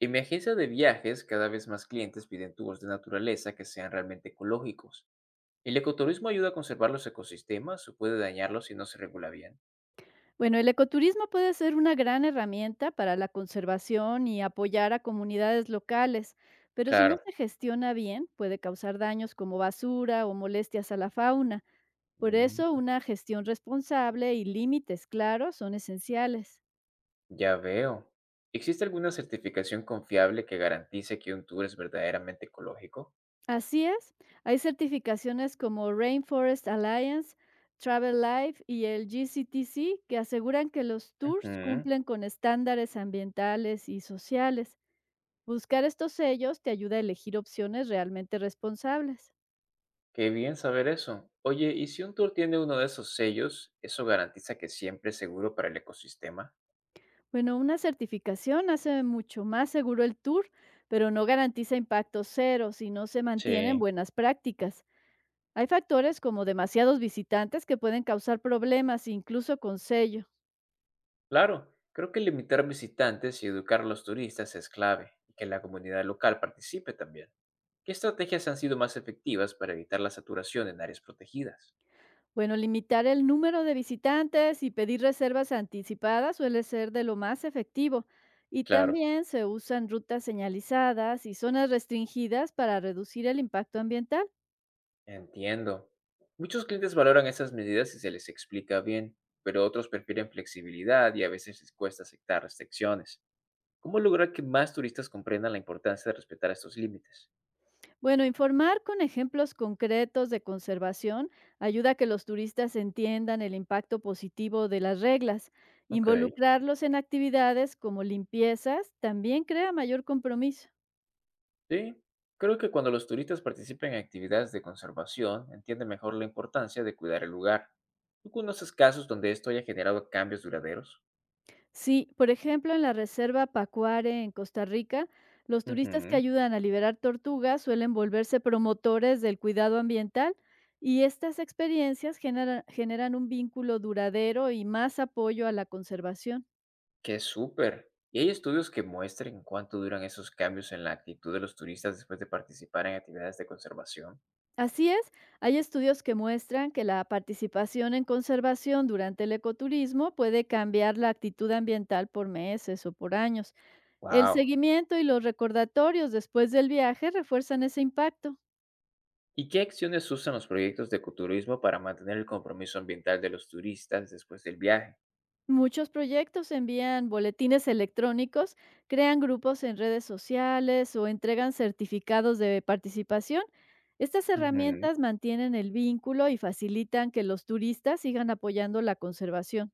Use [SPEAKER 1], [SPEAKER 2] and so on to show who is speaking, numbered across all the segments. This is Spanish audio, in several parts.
[SPEAKER 1] En mi agencia de viajes, cada vez más clientes piden tours de naturaleza que sean realmente ecológicos. ¿El ecoturismo ayuda a conservar los ecosistemas o puede dañarlos si no se regula bien?
[SPEAKER 2] Bueno, el ecoturismo puede ser una gran herramienta para la conservación y apoyar a comunidades locales, pero si no
[SPEAKER 1] Claro.
[SPEAKER 2] se gestiona bien, puede causar daños como basura o molestias a la fauna. Por eso,
[SPEAKER 1] Mm,
[SPEAKER 2] una gestión responsable y límites claros son esenciales.
[SPEAKER 1] ya veo. ¿Existe alguna certificación confiable que garantice que un tour es verdaderamente ecológico?
[SPEAKER 2] Así es, hay certificaciones como Rainforest Alliance, Travel Life y el GCTC que aseguran que los tours
[SPEAKER 1] Ujú.
[SPEAKER 2] cumplen con estándares ambientales y sociales. Buscar estos sellos te ayuda a elegir opciones realmente responsables.
[SPEAKER 1] Qué bien saber eso. Oye, ¿y si un tour tiene uno de esos sellos, eso garantiza que siempre es seguro para el ecosistema?
[SPEAKER 2] Bueno, una certificación hace mucho más seguro el tour, pero no garantiza impacto cero si no se mantienen
[SPEAKER 1] Sí.
[SPEAKER 2] buenas prácticas. Hay factores como demasiados visitantes que pueden causar problemas incluso con sello.
[SPEAKER 1] Claro, creo que limitar visitantes y educar a los turistas es clave, y que la comunidad local participe también. ¿Qué estrategias han sido más efectivas para evitar la saturación en áreas protegidas?
[SPEAKER 2] Bueno, limitar el número de visitantes y pedir reservas anticipadas suele ser de lo más efectivo. Y
[SPEAKER 1] Claro,
[SPEAKER 2] también se usan rutas señalizadas y zonas restringidas para reducir el impacto ambiental.
[SPEAKER 1] entiendo. Muchos clientes valoran esas medidas si se les explica bien, pero otros prefieren flexibilidad y a veces les cuesta aceptar restricciones. ¿Cómo lograr que más turistas comprendan la importancia de respetar estos límites?
[SPEAKER 2] Bueno, informar con ejemplos concretos de conservación ayuda a que los turistas entiendan el impacto positivo de las reglas.
[SPEAKER 1] Ok.
[SPEAKER 2] Involucrarlos en actividades como limpiezas también crea mayor compromiso.
[SPEAKER 1] Sí, creo que cuando los turistas participen en actividades de conservación, entienden mejor la importancia de cuidar el lugar. ¿Tú conoces casos donde esto haya generado cambios duraderos?
[SPEAKER 2] Sí, por ejemplo, en la reserva Pacuare en Costa Rica, los turistas que
[SPEAKER 1] Ujú.
[SPEAKER 2] ayudan a liberar tortugas suelen volverse promotores del cuidado ambiental y estas experiencias generan un vínculo duradero y más apoyo a la conservación.
[SPEAKER 1] Qué súper. ¿Y hay estudios que muestren cuánto duran esos cambios en la actitud de los turistas después de participar en actividades de conservación?
[SPEAKER 2] Así es, hay estudios que muestran que la participación en conservación durante el ecoturismo puede cambiar la actitud ambiental por meses o por años. El
[SPEAKER 1] Wow.
[SPEAKER 2] seguimiento y los recordatorios después del viaje refuerzan ese impacto.
[SPEAKER 1] ¿Y qué acciones usan los proyectos de ecoturismo para mantener el compromiso ambiental de los turistas después del viaje?
[SPEAKER 2] Muchos proyectos envían boletines electrónicos, crean grupos en redes sociales o entregan certificados de participación. Estas
[SPEAKER 1] Ujú.
[SPEAKER 2] herramientas mantienen el vínculo y facilitan que los turistas sigan apoyando la conservación.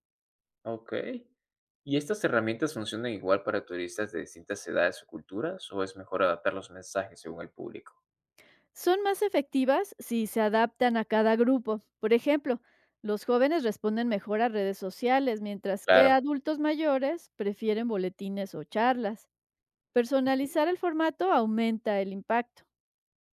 [SPEAKER 1] Okey. ¿Y estas herramientas funcionan igual para turistas de distintas edades o culturas, o es mejor adaptar los mensajes según el público?
[SPEAKER 2] Son más efectivas si se adaptan a cada grupo. Por ejemplo, los jóvenes responden mejor a redes sociales, mientras que
[SPEAKER 1] Claro.
[SPEAKER 2] adultos mayores prefieren boletines o charlas. Personalizar el formato aumenta el impacto.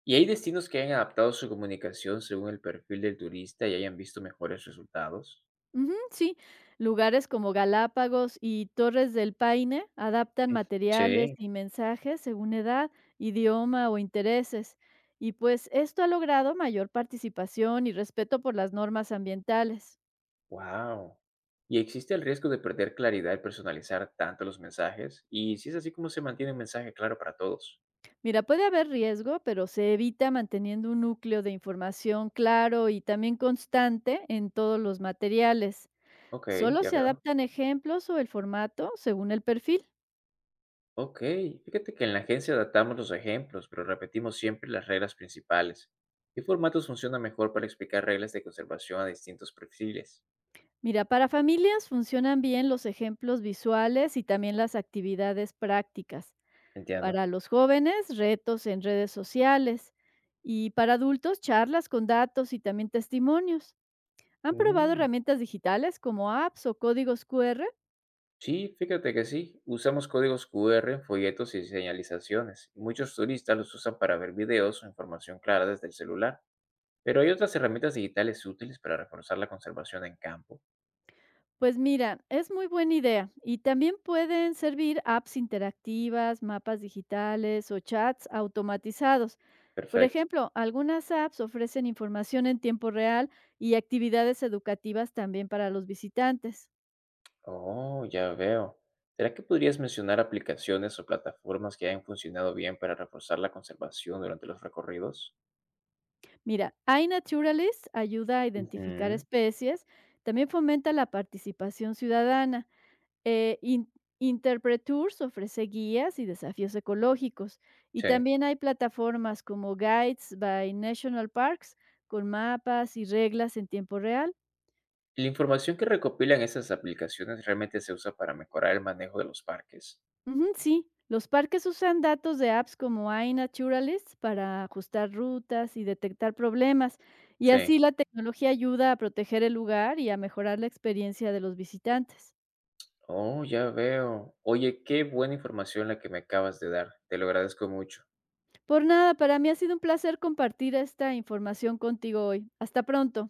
[SPEAKER 1] ¿Y hay destinos que hayan adaptado su comunicación según el perfil del turista y hayan visto mejores resultados?
[SPEAKER 2] Ujú, sí, lugares como Galápagos y Torres del Paine adaptan
[SPEAKER 1] Mm, sí,
[SPEAKER 2] materiales y mensajes según edad, idioma o intereses. Y pues esto ha logrado mayor participación y respeto por las normas ambientales.
[SPEAKER 1] wow. ¿Y existe el riesgo de perder claridad al personalizar tanto los mensajes? Y si es así, ¿cómo se mantiene un mensaje claro para todos?
[SPEAKER 2] Mira, puede haber riesgo, pero se evita manteniendo un núcleo de información claro y también constante en todos los materiales.
[SPEAKER 1] Okey,
[SPEAKER 2] Solo
[SPEAKER 1] ya
[SPEAKER 2] se
[SPEAKER 1] veo.
[SPEAKER 2] adaptan ejemplos o el formato según el perfil.
[SPEAKER 1] Ok, fíjate que en la agencia adaptamos los ejemplos, pero repetimos siempre las reglas principales. ¿Qué formatos funciona mejor para explicar reglas de conservación a distintos perfiles?
[SPEAKER 2] Mira, para familias funcionan bien los ejemplos visuales y también las actividades prácticas.
[SPEAKER 1] Entiendo.
[SPEAKER 2] Para los jóvenes, retos en redes sociales. Y para adultos, charlas con datos y también testimonios. ¿Han probado
[SPEAKER 1] Mm,
[SPEAKER 2] herramientas digitales como apps o códigos QR?
[SPEAKER 1] Sí, fíjate que sí. Usamos códigos QR en folletos y señalizaciones. Muchos turistas los usan para ver videos o información clara desde el celular. Pero hay otras herramientas digitales útiles para reforzar la conservación en campo.
[SPEAKER 2] Pues mira, es muy buena idea y también pueden servir apps interactivas, mapas digitales o chats automatizados. Por
[SPEAKER 1] Perfecto.
[SPEAKER 2] ejemplo, algunas apps ofrecen información en tiempo real y actividades educativas también para los visitantes.
[SPEAKER 1] Oh, ya veo. ¿Será que podrías mencionar aplicaciones o plataformas que hayan funcionado bien para reforzar la conservación durante los recorridos?
[SPEAKER 2] Mira, iNaturalist ayuda a identificar
[SPEAKER 1] Ujú.
[SPEAKER 2] especies, también fomenta la participación ciudadana. Eh, In- Interpretours ofrece guías y desafíos ecológicos, y
[SPEAKER 1] Sí.
[SPEAKER 2] también hay plataformas como Guides by National Parks con mapas y reglas en tiempo real.
[SPEAKER 1] ¿La información que recopilan esas aplicaciones realmente se usa para mejorar el manejo de los parques?
[SPEAKER 2] Ujú, sí, los parques usan datos de apps como iNaturalist para ajustar rutas y detectar problemas, y
[SPEAKER 1] Sí.
[SPEAKER 2] así la tecnología ayuda a proteger el lugar y a mejorar la experiencia de los visitantes.
[SPEAKER 1] Oh, ya veo. Oye, qué buena información la que me acabas de dar. Te lo agradezco mucho.
[SPEAKER 2] Por nada, para mí ha sido un placer compartir esta información contigo hoy. Hasta pronto.